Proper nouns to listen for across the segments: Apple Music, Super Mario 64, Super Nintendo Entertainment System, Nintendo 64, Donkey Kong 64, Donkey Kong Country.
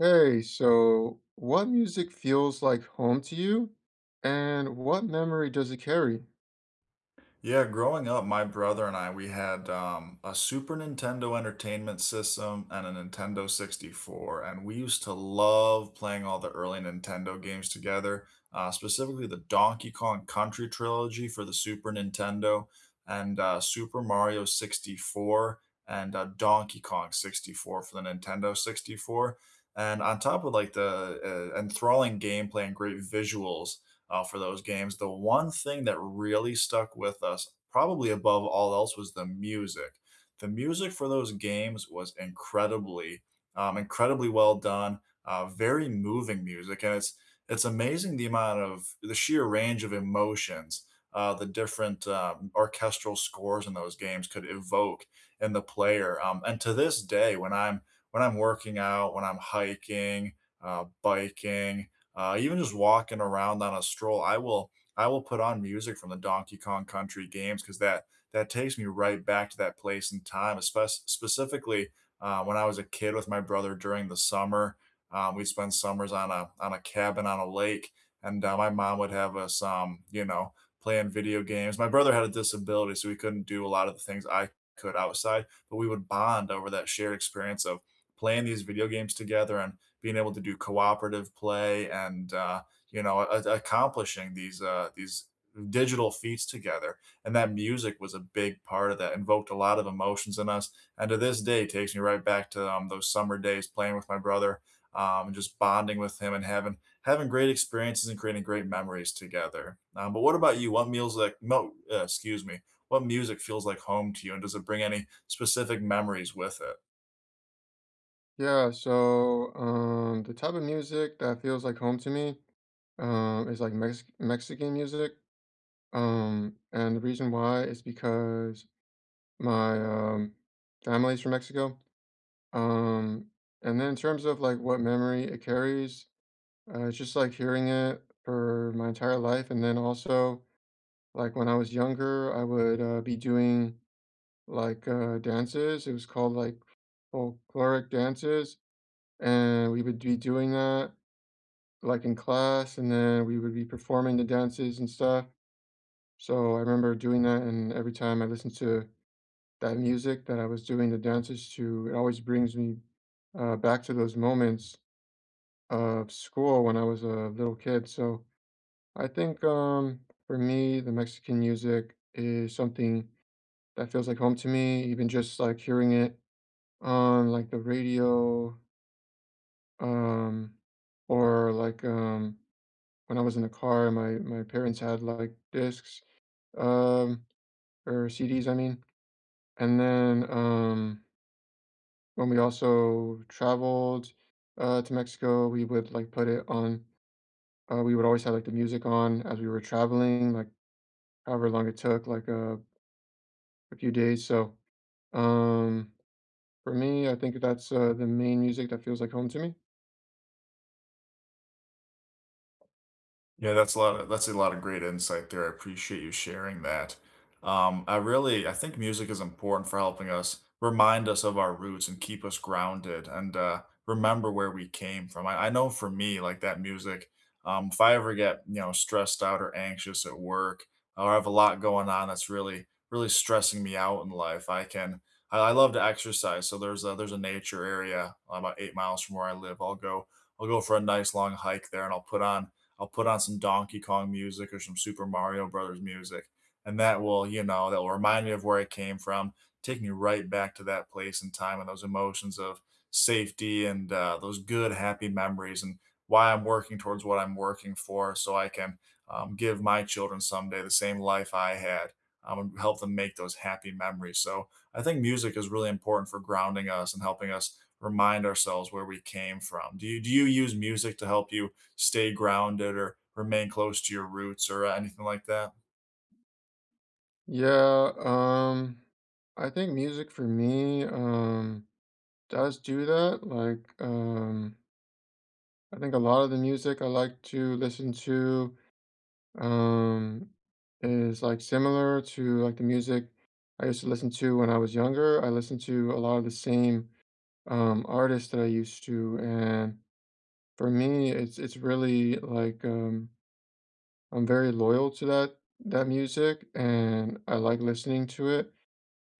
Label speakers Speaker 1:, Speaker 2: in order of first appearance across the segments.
Speaker 1: Hey, so what music feels like home to you, and what memory does it carry?
Speaker 2: Yeah, growing up, my brother and I, we had a Super Nintendo Entertainment System and a Nintendo 64, and we used to love playing all the early Nintendo games together, specifically the Donkey Kong Country trilogy for the Super Nintendo, and Super Mario 64, and Donkey Kong 64 for the Nintendo 64. And on top of like the enthralling gameplay and great visuals, for those games, the one thing that really stuck with us, probably above all else, was the music. The music for those games was incredibly well done. Very moving music, and it's amazing the amount of the sheer range of emotions the different orchestral scores in those games could evoke in the player. And to this day, when I'm working out, when I'm hiking, biking, even just walking around on a stroll, I will put on music from the Donkey Kong Country games because that takes me right back to that place in time. Especially specifically when I was a kid with my brother during the summer, we'd spend summers on a cabin on a lake, and my mom would have us, playing video games. My brother had a disability, so we couldn't do a lot of the things I could outside, but we would bond over that shared experience of playing these video games together and being able to do cooperative play and accomplishing these digital feats together, and that music was a big part of that, invoked a lot of emotions in us, and to this day takes me right back to those summer days playing with my brother and just bonding with him and having great experiences and creating great memories together. But what about you? What meals like no uh, excuse me what music feels like home to you, and does it bring any specific memories with it?
Speaker 1: Yeah, so the type of music that feels like home to me is like Mexican music. And the reason why is because my family's from Mexico. Um, and then in terms of like what memory it carries, it's just like hearing it for my entire life, and then also like when I was younger, I would be doing like dances. It was called, like, folkloric dances, and we would be doing that, like, in class, and then we would be performing the dances and stuff. So I remember doing that, and every time I listened to that music that I was doing the dances to, it always brings me, back to those moments of school when I was a little kid. So I think, for me, the Mexican music is something that feels like home to me, even just, like, hearing it on like the radio um or like when I was in the car, my parents had like discs um or CDs I mean, and then when we also traveled to Mexico, we would like put it on, we would always have like the music on as we were traveling, like however long it took, like a few days. um for me, I think that's the main music that feels like home to me.
Speaker 2: Yeah, that's a lot of great insight there. I appreciate you sharing that. I think music is important for helping us remind us of our roots and keep us grounded and remember where we came from. I know for me, like that music, if I ever get, you know, stressed out or anxious at work or I have a lot going on that's really really stressing me out in life, I love to exercise. So there's a nature area about 8 miles from where I live. I'll go for a nice long hike there and I'll put on some Donkey Kong music or some Super Mario Brothers music, and that will, you know, that will remind me of where I came from, take me right back to that place and time and those emotions of safety and those good, happy memories and why I'm working towards what I'm working for, so I can give my children someday the same life I had, and help them make those happy memories. So I think music is really important for grounding us and helping us remind ourselves where we came from. Do you use music to help you stay grounded or remain close to your roots or anything like that?
Speaker 1: Yeah, I think music for me, does do that. Like, I think a lot of the music I like to listen to, um, is like similar to like the music I used to listen to when I was younger. I listened to a lot of the same, artists that I used to. And for me, it's really like, I'm very loyal to that music, and I like listening to it.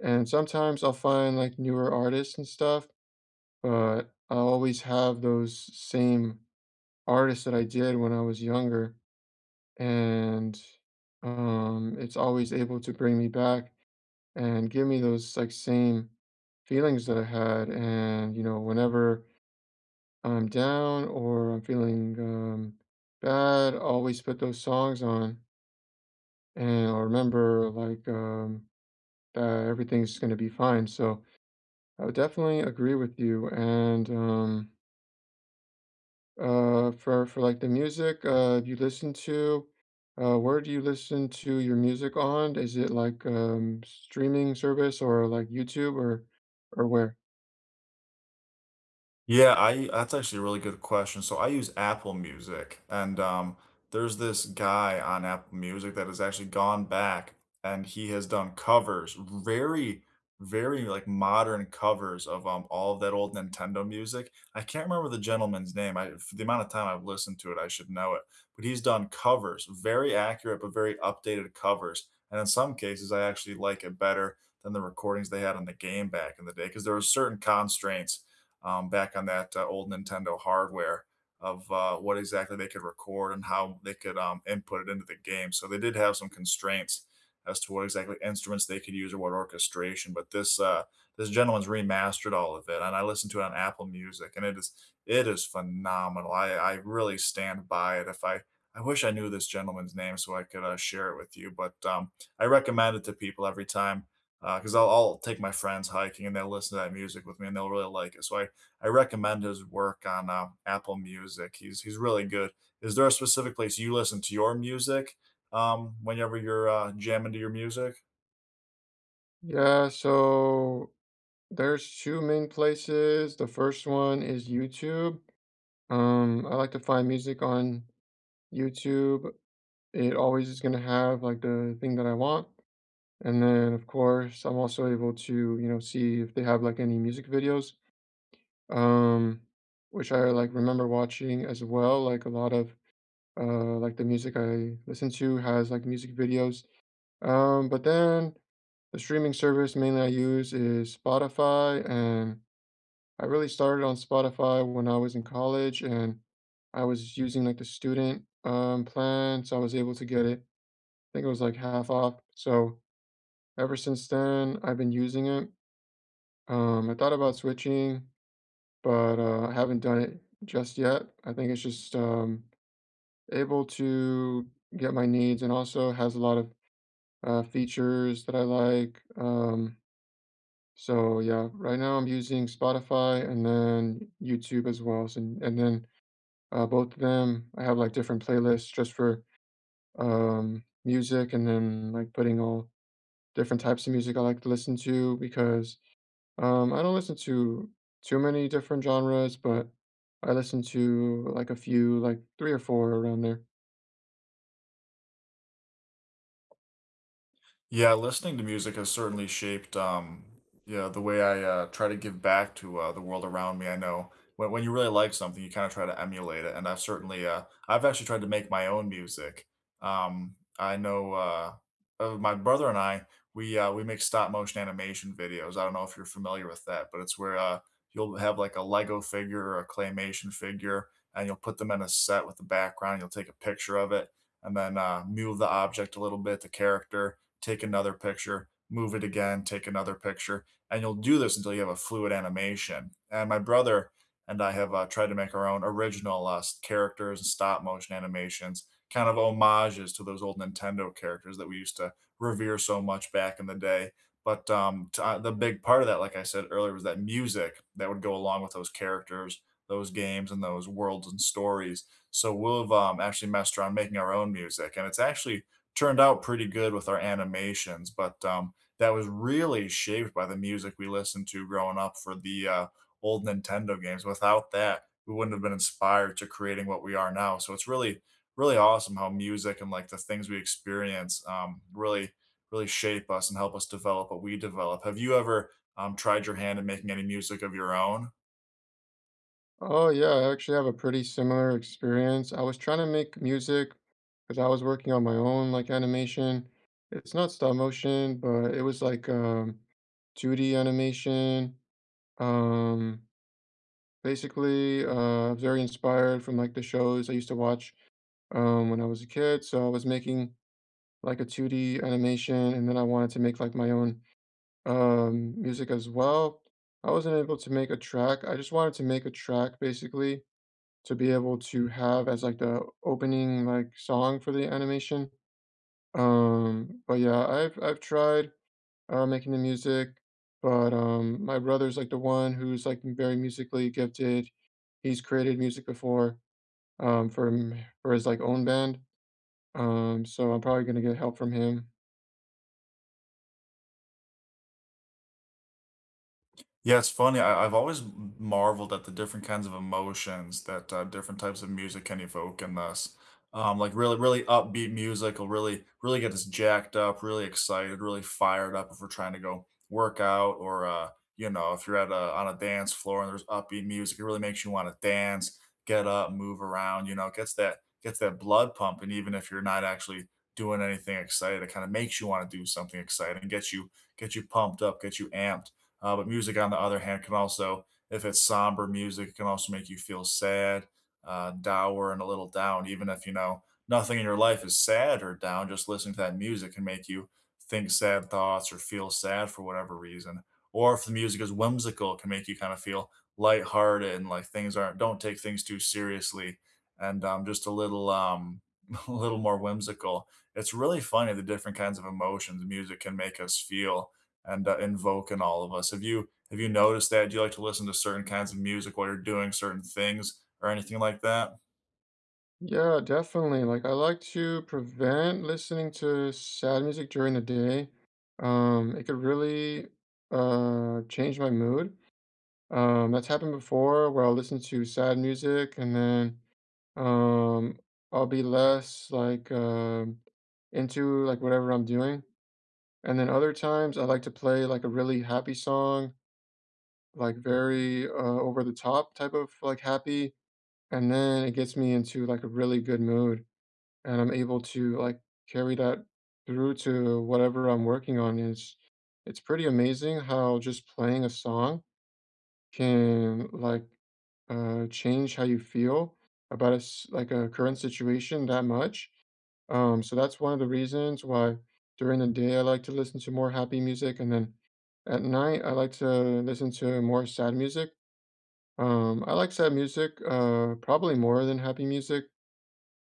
Speaker 1: And sometimes I'll find like newer artists and stuff, but I always have those same artists that I did when I was younger. And it's always able to bring me back and give me those like same feelings that I had. And, you know, whenever I'm down or I'm feeling bad, I always put those songs on and I'll remember like that everything's going to be fine. So, I would definitely agree with you. And for like the music you listen to, where do you listen to your music on? Is it like streaming service or like YouTube or where?
Speaker 2: Yeah, I that's actually a really good question. So I use Apple Music, and there's this guy on Apple Music that has actually gone back and he has done covers, very like modern covers of all of that old Nintendo music. I can't remember the gentleman's name. I, for the amount of time I've listened to it, I should know it. But he's done covers, very accurate but very updated covers. And in some cases, I actually like it better than the recordings they had on the game back in the day, because there were certain constraints back on that old Nintendo hardware of what exactly they could record and how they could input it into the game. So they did have some constraints as to what exactly instruments they could use or what orchestration. But this gentleman's remastered all of it, and I listened to it on Apple Music, and it is phenomenal. I really stand by it. If I I wish I knew this gentleman's name so I could share it with you, but I recommend it to people every time because I'll take my friends hiking and they'll listen to that music with me and they'll really like it. So I recommend his work on Apple Music. He's really good. Is there a specific place you listen to your music whenever you're jamming to your music?
Speaker 1: Yeah, so there's two main places. The first one is YouTube. I like to find music on YouTube. It always is gonna have like the thing that I want. And then, of course, I'm also able to, you know, see if they have like any music videos, um, which I like remember watching as well. Like a lot of like the music I listen to has like music videos. But then the streaming service mainly I use is Spotify, and I really started on Spotify when I was in college, and I was using like the student plan, so I was able to get it. I think it was like half off. So ever since then, I've been using it. I thought about switching, but I haven't done it just yet. I think it's just able to get my needs and also has a lot of features that I like. So yeah, right now I'm using Spotify and then YouTube as well. So, and then both of them, I have like different playlists just for music, and then like putting all different types of music I like to listen to because. I don't listen to too many different genres, but I listen to like a few, like three or four around there.
Speaker 2: Yeah, listening to music has certainly shaped, yeah, the way I try to give back to the world around me. I know when you really like something, you kind of try to emulate it, and I've certainly, I've actually tried to make my own music. I know my brother and I, we make stop motion animation videos. I don't know if you're familiar with that, but it's where you'll have like a Lego figure or a claymation figure, and you'll put them in a set with the background. You'll take a picture of it, and then move the object a little bit, the character, take another picture, move it again, take another picture, and you'll do this until you have a fluid animation. And my brother and I have tried to make our own original characters and stop motion animations, kind of homages to those old Nintendo characters that we used to revere so much back in the day. But the big part of that, like I said earlier, was that music that would go along with those characters, those games, and those worlds and stories. So we've actually messed around making our own music, and it's actually turned out pretty good with our animations, but that was really shaped by the music we listened to growing up for the old Nintendo games. Without that, we wouldn't have been inspired to creating what we are now. So it's really awesome how music and like the things we experience really, really shape us and help us develop what we develop. Have you ever tried your hand at making any music of your own?
Speaker 1: Oh yeah, I actually have a pretty similar experience. I was trying to make music because I was working on my own like animation. It's not stop motion, but it was like 2D animation. Um Basically very inspired from like the shows I used to watch when I was a kid. So I was making like a 2D animation, and then I wanted to make like my own music as well. I wasn't able to make a track. I just wanted to make a track basically to be able to have as like the opening like song for the animation. But yeah, I've tried making the music, but my brother's like the one who's like very musically gifted. He's created music before for him, for his like own band. So I'm probably gonna get help from him.
Speaker 2: Yeah, it's funny. I've always marveled at the different kinds of emotions that different types of music can evoke in us. Like really, really upbeat music will really, really get us jacked up, really excited, really fired up if we're trying to go work out or you know, if you're at a on a dance floor and there's upbeat music, it really makes you want to dance, get up, move around, you know, it gets that blood pumping, even if you're not actually doing anything exciting, it kind of makes you want to do something exciting, get you pumped up, get you amped, but music, on the other hand, can also, if it's somber music, it can also make you feel sad, dour, and a little down. Even if, you know, nothing in your life is sad or down, just listening to that music can make you think sad thoughts or feel sad for whatever reason. Or if the music is whimsical, it can make you kind of feel lighthearted and like things aren't, don't take things too seriously, and just a little, a little more whimsical. It's really funny the different kinds of emotions music can make us feel and invoke in all of us. Have you noticed that? Do you like to listen to certain kinds of music while you're doing certain things or anything like that?
Speaker 1: Yeah, definitely. Like I like to prevent listening to sad music during the day. It could really change my mood. That's happened before where I'll listen to sad music and then um I'll be less like into like whatever I'm doing. And then other times I like to play like a really happy song, like very over the top type of like happy, and then it gets me into like a really good mood, and I'm able to like carry that through to whatever I'm working on. Is It's pretty amazing how just playing a song can like change how you feel about like a current situation that much. So that's one of the reasons why during the day I like to listen to more happy music, and then at night I like to listen to more sad music. I like sad music probably more than happy music,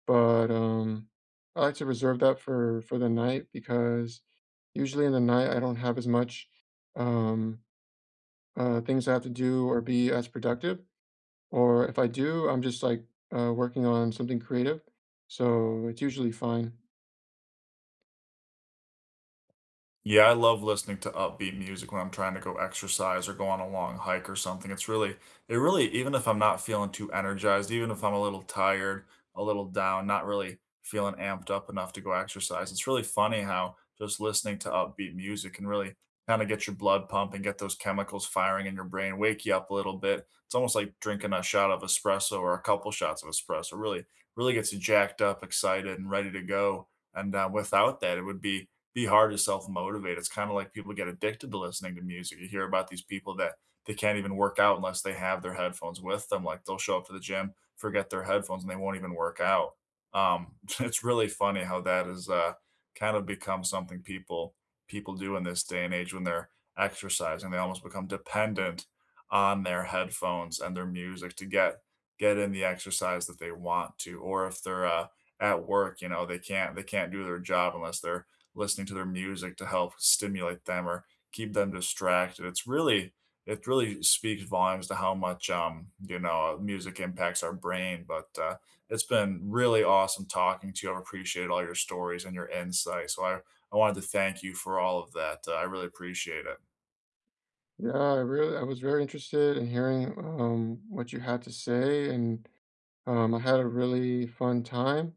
Speaker 1: but, I like to reserve that for the night because usually in the night, I don't have as much, um, things I have to do or be as productive, or if I do, I'm just, like, working on something creative, so it's usually fine.
Speaker 2: Yeah, I love listening to upbeat music when I'm trying to go exercise or go on a long hike or something. It really, even if I'm not feeling too energized, even if I'm a little tired, a little down, not really feeling amped up enough to go exercise, it's really funny how just listening to upbeat music can really kind of get your blood pumping, get those chemicals firing in your brain, wake you up a little bit. It's almost like drinking a shot of espresso or a couple shots of espresso. Really, really gets you jacked up, excited, and ready to go. And without that, it would be hard to self-motivate. It's kinda like people get addicted to listening to music. You hear about these people that they can't even work out unless they have their headphones with them, like, they'll show up to the gym, forget their headphones, and they won't even work out. It's really funny how that has, kind of become something people do in this day and age when they're exercising. They almost become dependent on their headphones and their music to get in the exercise that they want to, or if they're, at work, you know, they can't do their job unless they're listening to their music to help stimulate them or keep them distracted. It really speaks volumes to how much, you know, music impacts our brain. But it's been really awesome talking to you. I've appreciated all your stories and your insights. So I wanted to thank you for all of that. I really appreciate it.
Speaker 1: Yeah, I really I was very interested in hearing, what you had to say, and, I had a really fun time,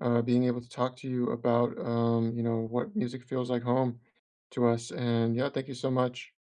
Speaker 1: being able to talk to you about, you know, what music feels like home to us, and yeah, thank you so much.